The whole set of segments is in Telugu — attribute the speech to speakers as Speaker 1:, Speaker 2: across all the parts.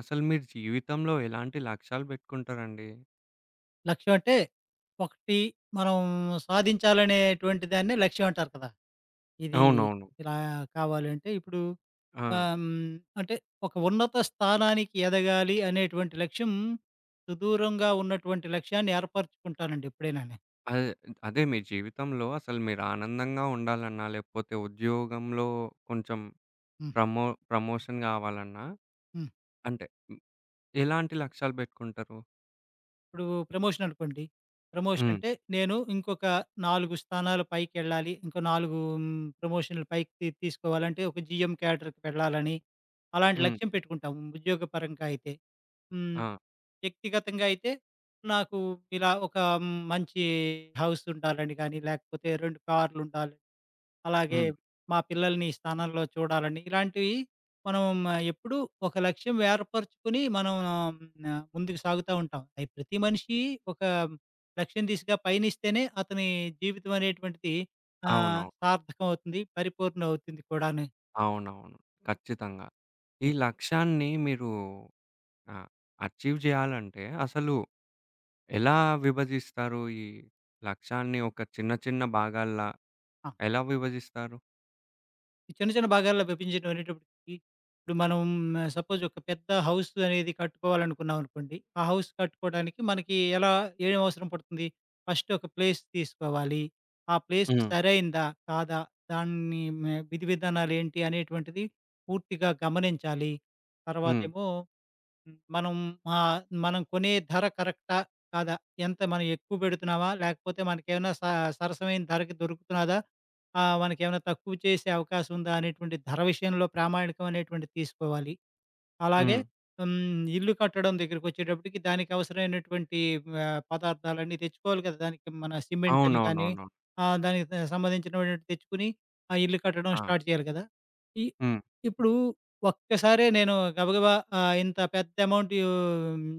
Speaker 1: అసలు మీరు జీవితంలో ఎలాంటి లక్ష్యాలు పెట్టుకుంటారండి?
Speaker 2: లక్ష్యం అంటే, ఒకటి మనం సాధించాలనేటువంటి దాన్నే లక్ష్యం అంటారు కదా! ఇది
Speaker 1: అవునవును.
Speaker 2: ఇలా కావాలంటే ఇప్పుడు ఆహ్,
Speaker 1: ఆ!
Speaker 2: హ్మ్, అంటే ఒక ఉన్నత స్థానానికి ఎదగాలి అనేటువంటి లక్ష్యం, సుదూరంగా ఉన్నటువంటి లక్ష్యాన్ని ఏర్పరచుకుంటానండి ఎప్పుడైనాని.
Speaker 1: అదే, అదే మీ జీవితంలో అసలు మీరు ఆనందంగా ఉండాలన్నా, లేకపోతే ఉద్యోగంలో కొంచెం
Speaker 2: హ్మ్.
Speaker 1: ప్రమో ప్రమోషన్ గావాలన్నా,
Speaker 2: హ్మ్.
Speaker 1: అంటే ఎలాంటి లక్ష్యాలు పెట్టుకుంటారు?
Speaker 2: ఇప్పుడు ప్రమోషన్ అనుకోండి. ప్రమోషన్
Speaker 1: హ్మ్.
Speaker 2: అంటే నేను ఇంకొక 4 స్థానాలు పైకెళ్ళాలి. ఇంకో 4 ప్రమోషన్‌లు పైకి తీసుకోవాలంటే ఒక జీఎం క్యాడర్‌కి వెళ్ళాలని, అలాంటి
Speaker 1: హ్మ్.
Speaker 2: లక్ష్యం పెట్టుకుంటాం ఉద్యోగపరంగా అయితే. హ్మ్.
Speaker 1: ఆ!
Speaker 2: వ్యక్తిగతంగా అయితే నాకు ఇలా ఒక మంచి హౌస్ ఉండాలని గాని, లేకపోతే 2 కార్‌లుండాలి. అలాగే
Speaker 1: హ్మ్.
Speaker 2: మా పిల్లల్ని ఈ స్థానంలో చూడాలని, ఇలాంటివి మనం ఎప్పుడూ ఒక లక్ష్యం ఏర్పరచుకుని మనం ముందుకు సాగుతూ ఉంటాం. అది ప్రతి మనిషి ఒక లక్ష్యం దిశగా పయనిస్తేనే అతని జీవితం అనేటువంటిది ఆ,
Speaker 1: అవునవును.
Speaker 2: సార్థకం అవుతుంది, పరిపూర్ణ అవుతుంది కూడాను.
Speaker 1: అవునవును. ఖచ్చితంగా. ఈ లక్ష్యాన్ని మీరు ఆహ్, అచీవ్ జేయాలంటే అసలు ఎలా విభజిస్తారు? ఈ లక్ష్యాన్ని ఒక చిన్న, చిన్న భాగాల్లా
Speaker 2: ఆ,
Speaker 1: ఎలా విభజిస్తారు?
Speaker 2: ఈ చిన్న చిన్న భాగాల్లో విభజించడం అనేటప్పటికి ఇప్పుడు మనం సపోజ్ ఒక పెద్ద హౌస్ అనేది కట్టుకోవాలనుకున్నాం అనుకోండి. ఆ హౌస్ కట్టుకోవడానికి మనకి ఎలా ఏం అవసరం పడుతుంది? ఫస్ట్ ఒక ప్లేస్ తీసుకోవాలి. ఆ ప్లేస్
Speaker 1: హ్మ్.
Speaker 2: సరైందా? కాదా? దాన్ని మే విధి విధానాలేంటి అనేటువంటిది పూర్తిగా గమనించాలి.
Speaker 1: హ్మ్.
Speaker 2: తర్వాతేమో హ్మ్. ఆహ్, మనం కొనే ధర కరెక్టా? కాదా? ఎంత మనం ఎక్కువ పెడుతున్నామా? లేకపోతే మనకేమైనా సరసమైన ధరకి దొరుకుతున్నదా? మనకేమైనా తక్కువ చేసే అవకాశం ఉందా? అనేటువంటి ధర విషయంలో ప్రామాణికం అనేటువంటిది తీసుకోవాలి. అలాగే
Speaker 1: హ్మ్.
Speaker 2: హ్మ్. ఇల్లు కట్టడం దగ్గరికొచ్చేటప్పటికి దానికి అవసరమైనటువంటి పదార్థాలన్నీ తెచ్చుకోవాలి కదా! దానికి మన సిమెంట్ అని కానీ,
Speaker 1: అవునవునవునవును.
Speaker 2: దానికి సంబంధించినటువంటి తెచ్చుకొని, ఆ ఇల్లు కట్టడం
Speaker 1: ఆ!
Speaker 2: స్టార్ట్ చేయాలి కదా! ఇ
Speaker 1: హ్మ్.
Speaker 2: ఇప్పుడు ఒక్కసారే నేను గబగబా ఇంత పెద్ద అమౌంట్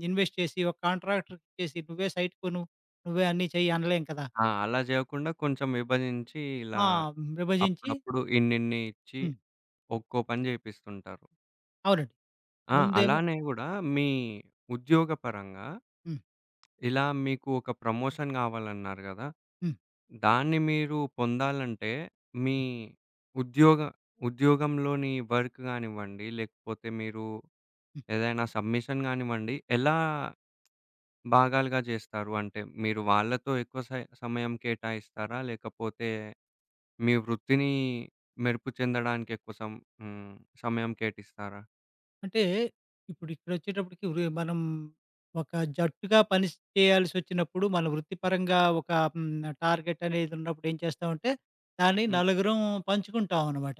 Speaker 2: ఇన్వెస్ట్ చేసి, ఒక కాంట్రాక్టర్‌కి ఇచ్చేసి, "నువ్వే సైట్ కొను, నువ్వే అన్నీ చెయ్యి" అనలేం కదా!
Speaker 1: ఆ! అలా జేయకుండా కొంచెం విభజించి ఇలా
Speaker 2: ఆ! విభజించి
Speaker 1: అప్పుడప్పుడు ఇన్నిన్ని ఇచ్చి
Speaker 2: హ్మ్.
Speaker 1: ఒక్కో పని జేపిస్తుంటారు.
Speaker 2: అవునండి.
Speaker 1: ఆ!
Speaker 2: ముందేమో
Speaker 1: అలానే గూడా మీ ఉద్యోగ పరంగా
Speaker 2: హ్మ్.
Speaker 1: ఇలా మీకు ఒక ప్రమోషన్ గావాలన్నారు గదా!
Speaker 2: హ్మ్.
Speaker 1: దాన్ని మీరు పొందాలంటే మీ ఉద్యోగ ఉద్యోగంలోని వర్క్ గానివ్వండి, లేకపోతే మీరు
Speaker 2: హ్మ్.
Speaker 1: ఏదైనా సబ్మిషన్ గానివ్వండి ఎలా భాగాలుగా జేస్తారు. అంటే మీరు వాళ్ళతో ఎక్కువ సమయం కేటాయిస్తారా? లేకపోతే మీ వృత్తిని మెరుపు చెందడానికి ఎక్కువ సం హ్మ్. సమయం కేటిస్తారా?
Speaker 2: అంటే ఇప్పుడు ఇక్కడొచ్చేటప్పటికి మనం ఒక జట్టుగా పని చేయాల్సొచ్చినప్పుడు, మన వృత్తిపరంగా ఒక హ్మ్, టార్గెట్ అనేది ఉన్నప్పుడు ఏం చేస్తామంటే, దాన్ని
Speaker 1: హ్మ్.
Speaker 2: నలుగురం పంచుకుంటాం అనమాట.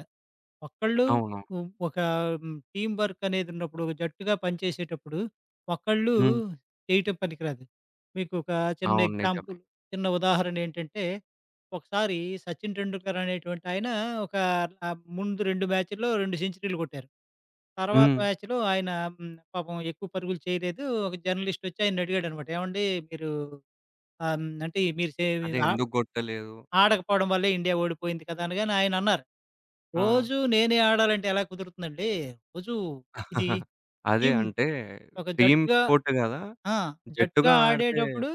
Speaker 2: ఒక్కళ్ళు
Speaker 1: అవును.
Speaker 2: ఉ ఒక టీమ్ వర్క్ అనేది ఉన్నప్పుడు, ఒక జట్టుగా పనిచేసేటప్పుడు ఒకళ్ళు
Speaker 1: హ్మ్.
Speaker 2: చేయటం పనికిరాదు. మీకు ఒక చిన్న
Speaker 1: అవును. నిజమే.
Speaker 2: ఎగ్జాంపుల్, చిన్న ఉదాహరణ ఏంటంటే, ఒకసారి 'సచిన్ టెండూల్కర్' అనేటువంటి ఆయన ఒక ముందు 2 మ్యాచ్‌ల్లో 2 సెంచరీలు కొట్టారు. తర్వాత
Speaker 1: హ్మ్.
Speaker 2: బ్యాచ్‌లో ఆయన హ్మ్. పాపం ఎక్కువ పరుగులు చేయలేదు. ఒక జర్నలిస్ట్ వచ్చి ఆయన్ని అడిగాడనమాట. "ఏవండీ మీరు ఆహ్, హ్మ్. అంటే మీరు సే
Speaker 1: అదే
Speaker 2: ఆ
Speaker 1: ఎందుకు గొట్టలేదు?
Speaker 2: ఆడకపోవడం వల్లే ఇండియా ఓడిపోయింది కదా!" అనగానే ఆయనన్నారు,
Speaker 1: ఆ!
Speaker 2: "రోజూ నేనే ఆడాలంటే ఎలా కుదురుతుందండి? రోజూ ఇది
Speaker 1: అదే
Speaker 2: టీమ్
Speaker 1: అంటే
Speaker 2: ఒక
Speaker 1: టీమ్
Speaker 2: జట్టుగా
Speaker 1: స్పోర్ట్ గదా!
Speaker 2: ఆ! జట్టుగా
Speaker 1: జట్టుగా ఆడితే.
Speaker 2: ఆడేటప్పుడు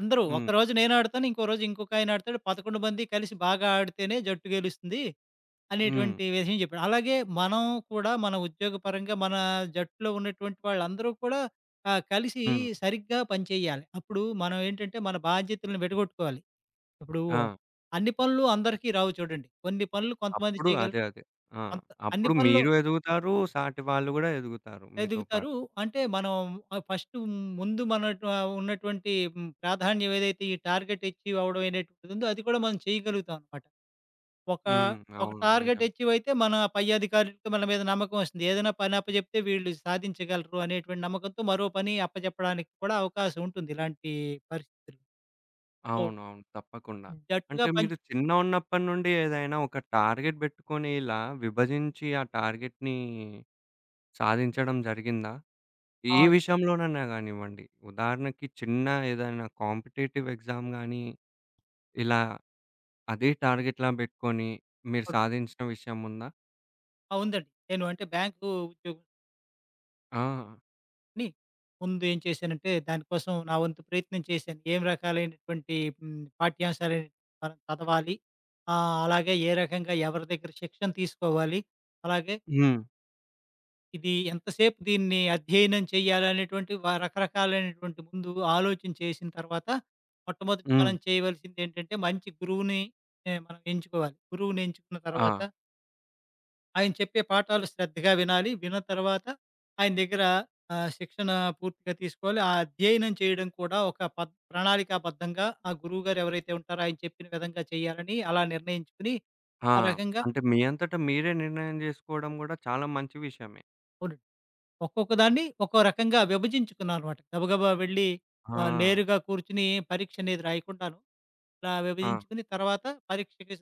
Speaker 2: అందరూ
Speaker 1: హ్మ్.
Speaker 2: ఒకరోజు నేను ఆడతాను. ఇంకో రోజు ఇంకొక ఆయన ఆడతాడు. 11 మంది కలిసి బాగా ఆడితేనే జట్టు గెలుస్తుంది."
Speaker 1: హ్మ్.
Speaker 2: అనేటువంటి విషయం చెప్పాడు. అలాగే మనం కూడా మన ఉద్యోగపరంగా మన జట్టులో ఉన్నటువంటి వాళ్ళందరూ కూడా కలిసి
Speaker 1: హ్మ్.
Speaker 2: సరిగ్గా పనిచేయాలి. అప్పుడు మనం ఏంటంటే మన బాధ్యతలను విడగొట్టుకోవాలి. ఇప్పుడు
Speaker 1: ఆ!
Speaker 2: అన్ని పనులు అందరికీ రావు చూడండి. కొన్ని పనులు కొంతమంది
Speaker 1: అప్పుడు అదే.
Speaker 2: చేయగలరు.
Speaker 1: అదే. ఆ!
Speaker 2: కొంత అన్ని
Speaker 1: అప్పుడు
Speaker 2: పనులు
Speaker 1: మీరు ఎదుగుతారు. సాటి వాళ్ళు గూడా ఎదుగుతారు మీతో పాటు.
Speaker 2: ఎదుగుతారు. అంటే మనం ఫస్ట్ ముందు మన ఉన్నటువంటి ప్రాధాన్యం ఏదైతే ఈ టార్గెట్ అచీవ్ అవ్వడం అనేటువంటిది ఉందో అది కూడా మనం చేయగలుగుతాం అన్నమాట. ఒక,
Speaker 1: హ్మ్.
Speaker 2: ఒక
Speaker 1: అవును.
Speaker 2: టార్గెట్
Speaker 1: నిజమే.
Speaker 2: అచీవ్ అయితే మన పై అధికారులకి మన మీద నమ్మకం వస్తుంది. ఏదైనా పని అప్పజెప్తే వీళ్ళు సాధించగలరు అనేటువంటి నమ్మకంతో మరో పని అప్పజెప్పడానికి కూడా అవకాశం ఉంటుంది ఇలాంటి పరిస్థితుల్లో. సో,
Speaker 1: అవునవును. తప్పకుండా.
Speaker 2: జట్టుగా
Speaker 1: అంటే
Speaker 2: పనిచే
Speaker 1: మీరు చిన్నగున్నప్పటి నుండి ఏదైనా ఒక టార్గెట్ బెట్టుకొని ఇలా విభజించి ఆ టార్గెట్‌ని సాధించడం జరిగిందా? ఏ
Speaker 2: ఆ!
Speaker 1: విషయంలోనైనా గానివ్వండి. ఉదాహరణకి చిన్న ఏదైనా కాంపిటీటివ్ ఎగ్జామ్ గానీ, ఇలా అదే టార్గెట్‌లా బెట్టుకొని మీరు
Speaker 2: అవును.
Speaker 1: సాధించిన విషయం ఉందా?
Speaker 2: ఆ! ఉందండి. నేను అంటే బ్యాంకు ఉద్యోగంని
Speaker 1: ఆ!
Speaker 2: ముందు ఏం చేశానంటే దానికోసం నా వంతు ప్రయత్నం చేశాను. ఏం రకాలైనటువంటి పాఠ్యాంశాలు మనం చదవాలి. అలాగే ఏ రకంగా ఎవరి దగ్గర శిక్షణ తీసుకోవాలి. అలాగే
Speaker 1: హ్మ్.
Speaker 2: ఇది ఎంతసేపు దీన్ని అధ్యయనం చేయాలనేటువంటి రకరకాలైనటువంటి ముందు ఆలోచన చేసిన తర్వాత, మొట్టమొదట
Speaker 1: హ్మ్.
Speaker 2: మనం చేయవలసిందేంటంటే మంచి గురువుని మనం ఎంచుకోవాలి. గురువుని ఎంచుకున్న తర్వాత
Speaker 1: ఆ!
Speaker 2: ఆయన చెప్పే పాఠాలు శ్రద్ధగా వినాలి. విన్న తర్వాత ఆయన దగ్గర శిక్షణ పూర్తిగా తీసుకోవాలి. ఆ అధ్యయనం చేయడం కూడా ఒక ప్రణాళికాబద్ధంగా ఆ గురువుగారు ఎవరైతే ఉంటారో ఆయన చెప్పిన విధంగా చేయాలని అలా నిర్ణయించుకొని,
Speaker 1: ఆ!
Speaker 2: ఆ రకంగా
Speaker 1: అంటే మీ అంతట మీరే నిర్ణయం జేసుకోవడం గూడా చాలా మంచి విషయమే.
Speaker 2: అవునండి. ఒక్కొక్క దాన్ని ఒక్కో రకంగా విభజించుకున్నాననమాట. గబగబా వెళ్ళి
Speaker 1: ఆ!
Speaker 2: నేరుగా కూర్చొని పరీక్ష అనేది రాయకుండాను, ఇలా
Speaker 1: ఆ!
Speaker 2: విభజించుకుని తర్వాత పరీక్షకి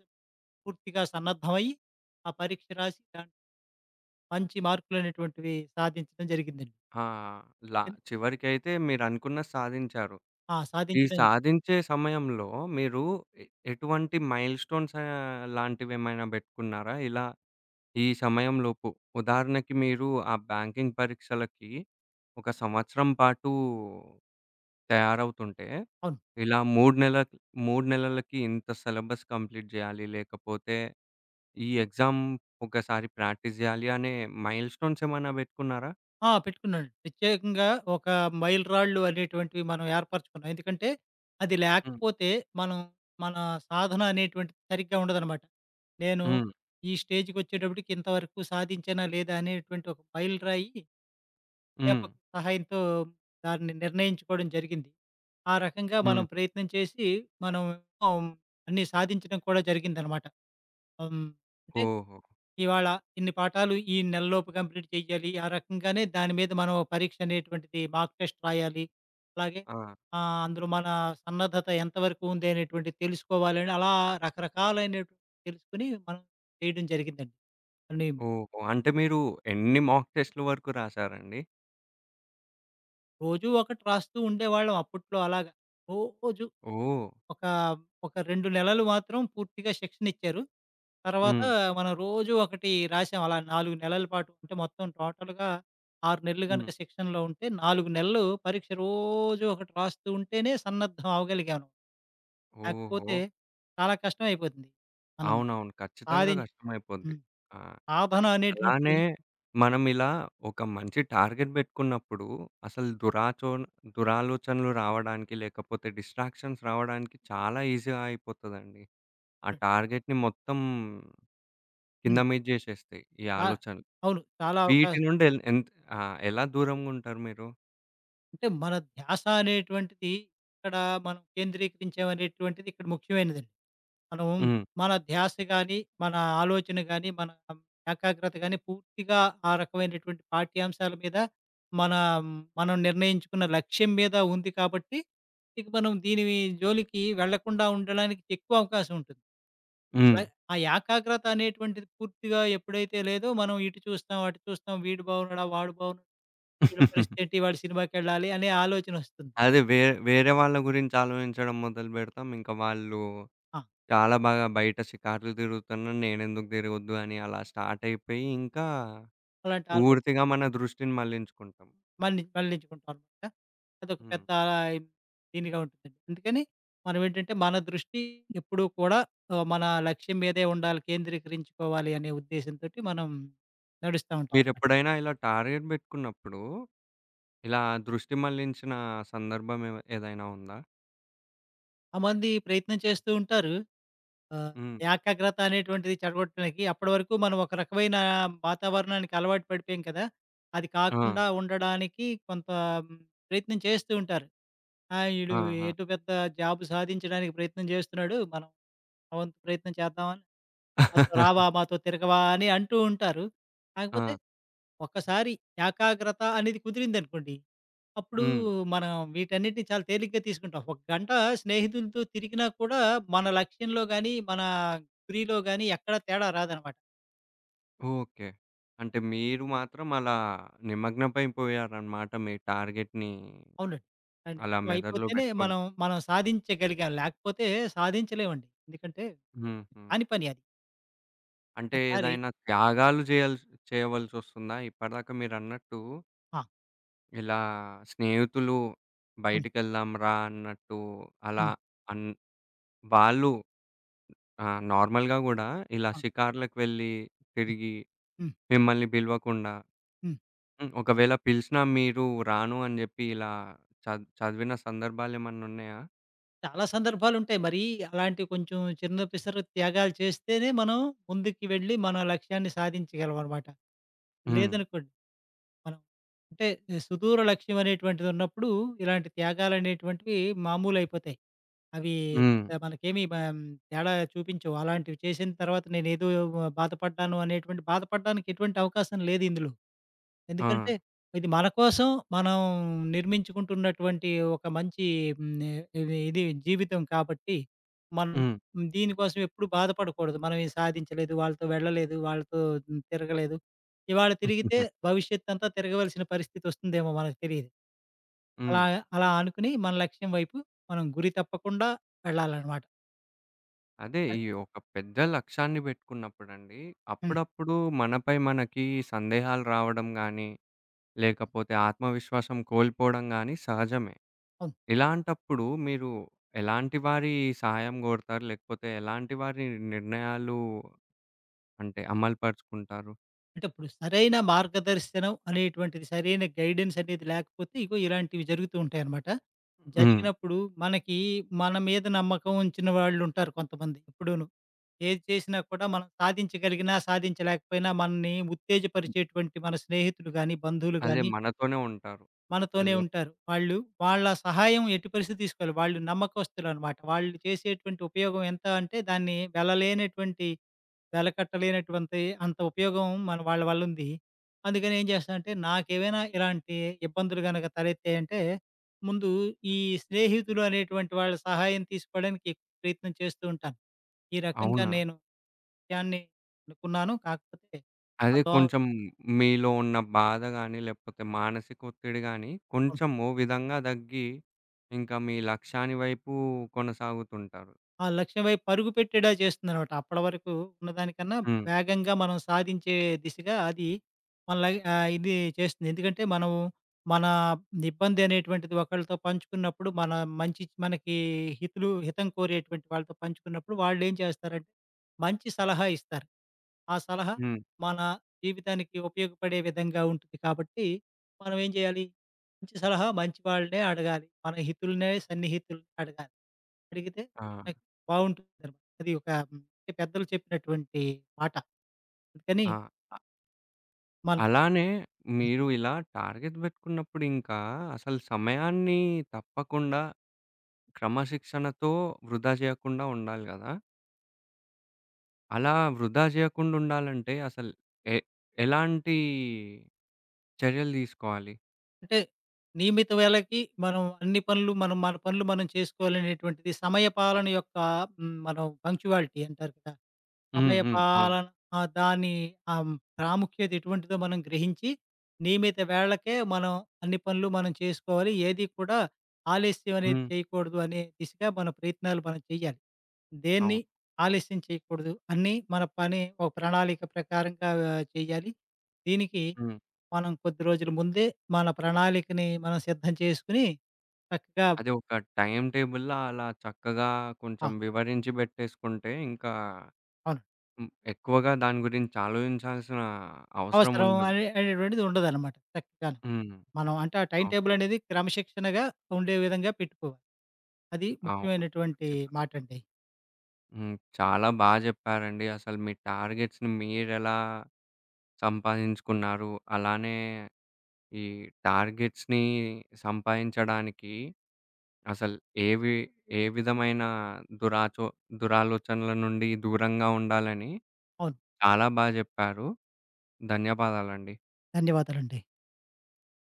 Speaker 2: పూర్తిగా సన్నద్ధమయ్యి, ఆ పరీక్ష రాసి దాంట్లో మంచి మార్కులనేటువంటివి సాధించడం జరిగిందండి.
Speaker 1: ఆ! లా
Speaker 2: ఎన్
Speaker 1: చివరికైతే మీరనుకున్నది సాధించారు.
Speaker 2: ఆ!
Speaker 1: ఈ
Speaker 2: సాధించడం జరిగింది.
Speaker 1: సాధించే సమయంలో మీరు ఎ ఎటువంటి మైల్‌స్టోన్స్ లాంటివేమైనా బెట్టుకున్నారా? ఇలా ఈ సమయంలోపు ఉదాహరణకి మీరు ఆ బ్యాంకింగ్ పరీక్షలకి ఒక సంవత్సరం పాటు తయారవుతుంటే,
Speaker 2: అవును.
Speaker 1: ఇలా 3 నెలలకి ఇంత సిలబస్ కంప్లీట్ జేయాలి, లేకపోతే ఈ ఎగ్జామ్ ఒకసారి ప్రాక్టీస్ జేయాలి అనే మైల్‌స్టోన్స్ ఏమైనా బెట్టుకున్నారా?
Speaker 2: ఆ! పెట్టుకున్నాను. ప్రత్యేకంగా ఒక మైలురాళ్ళు అనేటువంటివి మనం ఏర్పరచుకున్నాం. ఎందుకంటే, అది
Speaker 1: హ్మ్.
Speaker 2: లేకపోతే మనం మన సాధన అనేటువంటిది సరిగ్గా ఉండదనమాట. నేను
Speaker 1: హ్మ్.
Speaker 2: ఈ స్టేజ్‌కొచ్చేటప్పటికి ఇంతవరకు సాధించానా లేదా అనేటువంటి ఒక మైలురాయి
Speaker 1: హ్మ్.
Speaker 2: జ్ఞాపకం సహాయంతో దాన్ని నిర్ణయించుకోవడం జరిగింది. ఆ రకంగా మనం
Speaker 1: హ్మ్.
Speaker 2: ప్రయత్నం చేసి మనం ఆహ్, అన్నీ సాధించడం కూడా జరిగిందనమాట. హ్మ్. అంటే
Speaker 1: ఓహో!
Speaker 2: ఇవాళ ఇన్ని పాఠాలు ఈ నెలలోపు కంప్లీట్ చేయాలి. ఆ రకంగానే దాని మీద మనం ఓ పరీక్ష అనేటువంటిది మాక్ టెస్ట్ రాయాలి. అలాగే
Speaker 1: ఆ!
Speaker 2: అందులో మన సన్నద్ధత ఎంతవరకు ఉంది అనేటువంటిది తెలుసుకోవాలని అలా రకరకాలైనటువంటి తెలుసుకొని మనం చేయడం జరిగిందండి. అన్నీ
Speaker 1: ఓహో! అంటే మీరు ఎన్ని మాక్ టెస్ట్‌ల వరకు రాసారండి?
Speaker 2: రోజూ ఒకటి రాస్తూ ఉండేవాళ్ళం అప్పట్లో అలాగా. రోజు
Speaker 1: ఓహ్!
Speaker 2: ఒక, ఒక 2 నెలలు మాత్రం పూర్తిగా శిక్షణిచ్చారు. తర్వాత
Speaker 1: హ్మ్.
Speaker 2: మనం రోజు ఒకటి రాసాం. అలా 4 నెలల పాటు అంటే మొత్తం టోటల్‌గా 6 నెలలు
Speaker 1: హ్మ్.
Speaker 2: గనక శిక్షణలో ఉంటే 4 నెలలు పరీక్ష రోజు ఒకటి రాస్తూ ఉంటేనే సన్నద్ధం అవ్వగలిగాను.
Speaker 1: ఓహో!
Speaker 2: లేకపోతే చాలా కష్టం అయిపోతుంది. మనం
Speaker 1: అవునవును. ఖచ్చితంగా
Speaker 2: సాధిం
Speaker 1: కష్టమైపోద్ది.
Speaker 2: హ్మ్.
Speaker 1: ఆ!
Speaker 2: సాధన
Speaker 1: అలానే
Speaker 2: అనేటువంటిది
Speaker 1: మనం ఇలా ఒక మంచి టార్గెట్ పెట్టుకున్నప్పుడు అసలు దురాలోచనలు రావడానికి లేకపోతే డిస్ట్రాక్షన్స్ రావడానికి చాలా ఈజీగా అయిపోతదండి. ఆ
Speaker 2: హ్మ్.
Speaker 1: టార్గెట్‌ని మొత్తం కింద
Speaker 2: హ్మ్.
Speaker 1: మీద చేసేస్తాయి ఈ
Speaker 2: ఆ!
Speaker 1: ఆలోచనలు.
Speaker 2: అవును. చాలా
Speaker 1: వీటి
Speaker 2: అవకాశం
Speaker 1: నుండి ఎల్ ఎంత్ ఆ! ఎలా దూరంగుంటారు మీరు?
Speaker 2: అంటే మన ధ్యాస అనేటువంటిది ఇక్కడ మనం కేంద్రీకరించామనేటువంటిది ఇక్కడ ముఖ్యమైనదండి. మనం
Speaker 1: హ్మ్.
Speaker 2: మన ధ్యాస గాని, మన ఆలోచన గాని, మన ఏకాగ్రత గాని పూర్తిగా ఆ రకమైనటువంటి పాఠ్యాంశాల మీద మన మనం నిర్ణయించుకున్న లక్ష్యం మీద ఉంది కాబట్టి, ఇక మనం దీని జోలికి వెళ్ళకుండా ఉండడానికి ఎక్కువ అవకాశం ఉంటుంది.
Speaker 1: హ్మ్.
Speaker 2: అలా ఆ ఏకాగ్రత అనేటువంటిది పూర్తిగా ఎప్పుడైతే లేదో మనం ఇటు చూస్తాం, అటు చూస్తాం, వీడు బాగున్నాడా? వాడు బాగున్నాడా? వీడి పరిస్థితి ఏంటి? వాడు సినిమాకెళ్ళాలి అనే ఆలోచనొస్తుంది.
Speaker 1: అదే వేరే వాళ్ళ గురించి ఆలోచించడం మొదలుపెడతాం. ఇంకా వాళ్ళు
Speaker 2: ఆ!
Speaker 1: చాలా బాగా బయట షికార్లు తిరుగుతున్నారు. నేనెందుకు తిరగొద్దు అని అలా స్టార్ట్ అయిపోయి, ఇంకా
Speaker 2: అలాంటి ఆలోచన
Speaker 1: పూర్తిగా మన దృష్టిని మళ్లించుకుంటాం.
Speaker 2: మళ్ళించుకుంటామనమాట. అదొక
Speaker 1: హ్మ్.
Speaker 2: పెద్ద దీనిగా ఉంటుందండి. అందుకని మనమేంటంటే మన దృష్టి ఎప్పుడూ కూడా మన లక్ష్యం మీదే ఉండాలి, కేంద్రీకరించుకోవాలి అనే ఉద్దేశంతోటి మనం నడుస్తా ఉంటామనమాట.
Speaker 1: మీరెప్పుడైనా ఇలా టార్గెట్ పెట్టుకున్నప్పుడు, ఇలా దృష్టి మళ్లించిన సందర్భం ఏదైనా ఉందా?
Speaker 2: ఆమంది ప్రయత్నం చేస్తూ ఉంటారు. ఆహ్,
Speaker 1: హ్మ్.
Speaker 2: ఏకాగ్రత అనేటువంటిది చెడగొట్టడానికి అప్పటి వరకు మనం ఒక రకమైన వాతావరణానికి అలవాటు పడిపోయాం కదా! అది
Speaker 1: ఆ!
Speaker 2: కాకుండా ఉండడానికి కొంత మ్, ప్రయత్నం చేస్తూ ఉంటారు. "ఆ!
Speaker 1: ఆ!
Speaker 2: ఈడు
Speaker 1: ఆ!
Speaker 2: ఏటో పెద్ద జాబ్ సాధించడానికి ప్రయత్నం చేస్తున్నాడు. మనం" మా వంతు ప్రయత్నం చేద్దామని, "మాతో రావా, మాతో తిరగవా" అని అంటూ ఉంటారు. కాకపోతే
Speaker 1: ఆ!
Speaker 2: ఒక్కసారి ఏకాగ్రత అనేది కుదిరిందనుకోండి, అప్పుడు
Speaker 1: హ్మ్.
Speaker 2: మనం వీటన్నిటిని చాలా తేలిగ్గా తీసుకుంటాం. ఒక గంట స్నేహితులతో తిరిగినా కూడా మన లక్ష్యంలో గాని, మన గురిలో గాని ఎక్కడ తేడా రాదనమాట.
Speaker 1: ఓకే. అంటే మీరు మాత్రం అలా నిమగ్నమైపోయారన్నమాట మీ టార్గెట్‌ని
Speaker 2: అవునండి. ఆ
Speaker 1: అలా
Speaker 2: నిమగ్నం
Speaker 1: మెదడులో
Speaker 2: అయిపోతేనే
Speaker 1: పెట్టుకొని.
Speaker 2: మనం, మనం సాధించగలిగాం. లేకపోతే సాధించలేమండి. ఎందుకంటే
Speaker 1: హుహు.
Speaker 2: కాని పని అది.
Speaker 1: అంటే
Speaker 2: ఒకసారి
Speaker 1: ఏదైనా త్యాగాలు చేయవలసొస్తుందా? ఇప్పటిదాకా మీరన్నట్టు
Speaker 2: ఆ!
Speaker 1: ఇలా స్నేహితులు
Speaker 2: అవును.
Speaker 1: బయటికెళ్దాం రా అన్నట్టు అలా
Speaker 2: హ్మ్.
Speaker 1: అన్ వాళ్ళు నార్మల్‌గా గూడా ఇలా
Speaker 2: అవును.
Speaker 1: షికార్లకు వెళ్ళి
Speaker 2: హ్మ్.
Speaker 1: తిరిగి
Speaker 2: హ్మ్.
Speaker 1: మిమ్మల్ని పిలవకుండా.
Speaker 2: హ్మ్.
Speaker 1: హ్మ్. ఒకవేళ పిలిచినా మీరు రాను అని జెప్పి ఇలా చదివిన సందర్భాలేమన్నున్నాయా?
Speaker 2: చాలా సందర్భాలుంటాయి. మరీ అలాంటి కొంచెం చిన్న పిసరు త్యాగాలు చేస్తేనే మనం ముందుకి వెళ్ళి మన లక్ష్యాన్ని సాధించగలమనమాట.
Speaker 1: హ్మ్.
Speaker 2: లేదనుకోండి మనం అంటే సుదూర లక్ష్యం అనేటువంటిదున్నప్పుడు ఇలాంటి త్యాగాలనేటువంటివి మామూలయిపోతాయి. అవి
Speaker 1: హ్మ్.
Speaker 2: పెద్ద మనకేమి తేడా చూపించవు. అలాంటివి చేసిన తర్వాత నేనేదో బాధపడ్డాను అనేటువంటి బాధపడడానికి ఎటువంటి అవకాశం లేదు ఇందులో.
Speaker 1: ఆ!
Speaker 2: ఎందుకంటే ఇది మన కోసం మనం నిర్మించుకుంటున్నటువంటి ఒక మంచి హ్మ్, ఇది ఇది జీవితం కాబట్టి మనం
Speaker 1: హ్మ్.
Speaker 2: దీనికోసం ఎప్పుడు బాధపడకూడదు. మనం ఇది సాధించలేదు, వాళ్ళతో వెళ్ళలేదు, వాళ్ళతో తిరగలేదు. ఇవాళ తిరిగితే భవిష్యత్తంతా తిరగవలసిన పరిస్థితొస్తుందేమో మనకు తెలీదు. అలా
Speaker 1: హ్మ్.
Speaker 2: అలా అనుకుని మన లక్ష్యం వైపు మనం గురి తప్పకుండా వెళ్ళాలనమాట.
Speaker 1: అదే.
Speaker 2: అద్
Speaker 1: ఈ ఒక పెద్ద లక్ష్యాన్ని బెట్టుకున్నప్పుడండి,
Speaker 2: హ్మ్.
Speaker 1: అప్పుడప్పుడు మనపై మనకి సందేహాలు రావడం గానీ, లేకపోతే ఆత్మవిశ్వాసం కోల్పోవడం గానీ సహజమే.
Speaker 2: అవును.
Speaker 1: ఇలాంటప్పుడు మీరు ఎలాంటి వారి సహాయం గోరతారు? లేకపోతే ఎలాంటి వారి నిర్ణయాలు అంటే అమలు పరుచుకుంటారు?
Speaker 2: అంటే ఇప్పుడు సరైన మార్గదర్శనం అనేటువంటిది, సరైన గైడెన్స్ అనేది లేకపోతే ఇగో ఇలాంటివి జరుగుతూ ఉంటాయనమాట.
Speaker 1: హ్మ్.
Speaker 2: జరిగినప్పుడు మనకి మన మీద నమ్మకం ఉంచిన వాళ్ళుంటారు కొంతమంది ఎప్పుడూను. ఏది చేసినా కూడా మనం సాధించగలిగినా, సాధించలేకపోయినా మనల్ని ఉత్తేజపరిచేటువంటి మన స్నేహితులు గాని, బంధువులు
Speaker 1: అదే
Speaker 2: గాని
Speaker 1: మనతోనే ఉంటారు.
Speaker 2: మనతోనే
Speaker 1: ఎల్లప్
Speaker 2: ఉంటారు. వాళ్ళు వాళ్ళ సహాయం ఎట్టి పరిస్థితి తీసుకోవాలి. వాళ్ళు నమ్మకస్తులనమాట. వాళ్ళు చేసేటువంటి ఉపయోగం ఎంత అంటే దాన్ని వెలలేనటువంటి వెలకట్టలేనటువంటి అంత ఉపయోగం మన వాళ్ళ వల్ల ఉంది. అందుకని ఏం చేస్తానంటే నాకేవైనా ఇలాంటి ఇబ్బందులు గనక తలెత్తాయంటే ముందు ఈ స్నేహితులు అనేటువంటి వాళ్ళ సహాయం తీసుకోవడానికి ఎక్కువ ప్రయత్నం చేస్తూ ఉంటాను. ఈ రకంగా
Speaker 1: అవునా?
Speaker 2: నేను విషయాన్ని అనుకున్నాను. కాకపోతే ఆ
Speaker 1: అదే
Speaker 2: దోవ
Speaker 1: కొంచెం మీలో ఉన్న బాధ గాని, లేకపోతే మానసిక ఒత్తిడి గాని కొంచెం ఓ విధంగా తగ్గి, ఇంకా మీ లక్ష్యాని వైపు కొనసాగుతుంటారు.
Speaker 2: ఆ లక్ష్యం వైపు పరుగు పెట్టేలా చేస్తుందనమాట. అప్పటి వరకు ఉన్నదానికన్నా
Speaker 1: హ్మ్.
Speaker 2: వేగంగా మనం సాధించే దిశగా అది మనలా ఇది చేస్తుంది. ఎందుకంటే మనం మన ఇబ్బంది అనేటువంటిది ఒకళ్ళతో పంచుకున్నప్పుడు మన మంచి మనకి హితులు హితం కోరేటువంటి వాళ్ళతో పంచుకున్నప్పుడు వాళ్ళేం చేస్తారంటే మంచి సలహా ఇస్తారు. ఆ సలహా
Speaker 1: హ్మ్.
Speaker 2: మన జీవితానికి ఉపయోగపడే విధంగా ఉంటుంది కాబట్టి, మనం ఏం చేయాలి? మంచి సలహా మంచి వాళ్ళనే అడగాలి. మన హితులనే, సన్నిహితుల్ని అడగాలి. అడిగితే
Speaker 1: ఆ!
Speaker 2: నాకు బావుంటుందనమాట. అది ఒక అంటే పెద్దలు చెప్పినటువంటి మాట. అందుకని
Speaker 1: ఆ!
Speaker 2: మనం
Speaker 1: అలానే
Speaker 2: హ్మ్,
Speaker 1: మీరు ఇలా టార్గెట్ పెట్టుకున్నప్పుడు ఇంకా అసలు సమయాన్ని తప్పకుండా క్రమశిక్షణతో వృధా చేయకుండా ఉండాలి గదా! అలా వృధా చేయకుండా ఉండాలంటే అసలు ఎ ఎలాంటి చర్యలు తీసుకోవాలి?
Speaker 2: అంటే నియమిత వేళకి మనం అన్ని పనులు మన పనులు మనం చేసుకోవాలనేటువంటిది సమయ పాలన యొక్క మనం పంక్చువాలిటీ అంటారు కదా!
Speaker 1: హ్మ్. హ్మ్. అవును.
Speaker 2: సమయపాలన ఆ! దాని ఆ! ప్రాముఖ్యత ఎటువంటిదో మనం గ్రహించి, నియమిత వేళకే మనం అన్ని పనులు మనం చేసుకోవాలి. ఏది కూడా ఆలస్యం అనేది
Speaker 1: హ్మ్.
Speaker 2: చేయకూడదు అనే దిశగా మన ప్రయత్నాలు మనం చేయాలి. దేన్ని
Speaker 1: అవును.
Speaker 2: ఆలస్యం చేయకూడదు. అన్నీ మన పని ఒక ప్రణాళిక ప్రకారంగా చేయాలి. దీనికి
Speaker 1: హ్మ్.
Speaker 2: మనం కొద్ది రోజుల ముందే మన ప్రణాళికని మనం సిద్ధం చేసుకొని చక్కగా
Speaker 1: అది ఒక టైమ్ టేబుల్‌లా అలా చక్కగా
Speaker 2: ఆ!
Speaker 1: కొంచెం వివరించి బెట్టేసుకుంటే, ఇంకా
Speaker 2: అవును.
Speaker 1: హ్మ్. ఎక్కువగా దాని గురించి ఆలోచించాల్సిన అవసరం
Speaker 2: అవసరం
Speaker 1: ఉండదు.
Speaker 2: అనేటువంటిది ఉండదనమాట చక్కగాను.
Speaker 1: హ్మ్.
Speaker 2: మనం అంటే ఆ టైమ్
Speaker 1: అవును.
Speaker 2: టేబుల్ అనేది క్రమశిక్షణగా ఉండే విధంగా పెట్టుకోవాలి. అది
Speaker 1: అవును.
Speaker 2: ముఖ్యమైనటువంటి
Speaker 1: ఖచ్చితంగా.
Speaker 2: మాటండి.
Speaker 1: హ్మ్. చాలా బా జెప్పారండి. అసలు మీ టార్గెట్స్‌ని మీరెలా సంపాదించుకున్నారు? అలానే ఈ టార్గెట్స్‌ని సంపాదించడానికి అసలు ఏవి ఏ విధమైన దురాచో దురాలోచనల నుండి దూరంగా ఉండాలని
Speaker 2: అవును.
Speaker 1: చాలా బా జెప్పారు. ధన్యవాదాలండి.
Speaker 2: ధన్యవాదాలండి.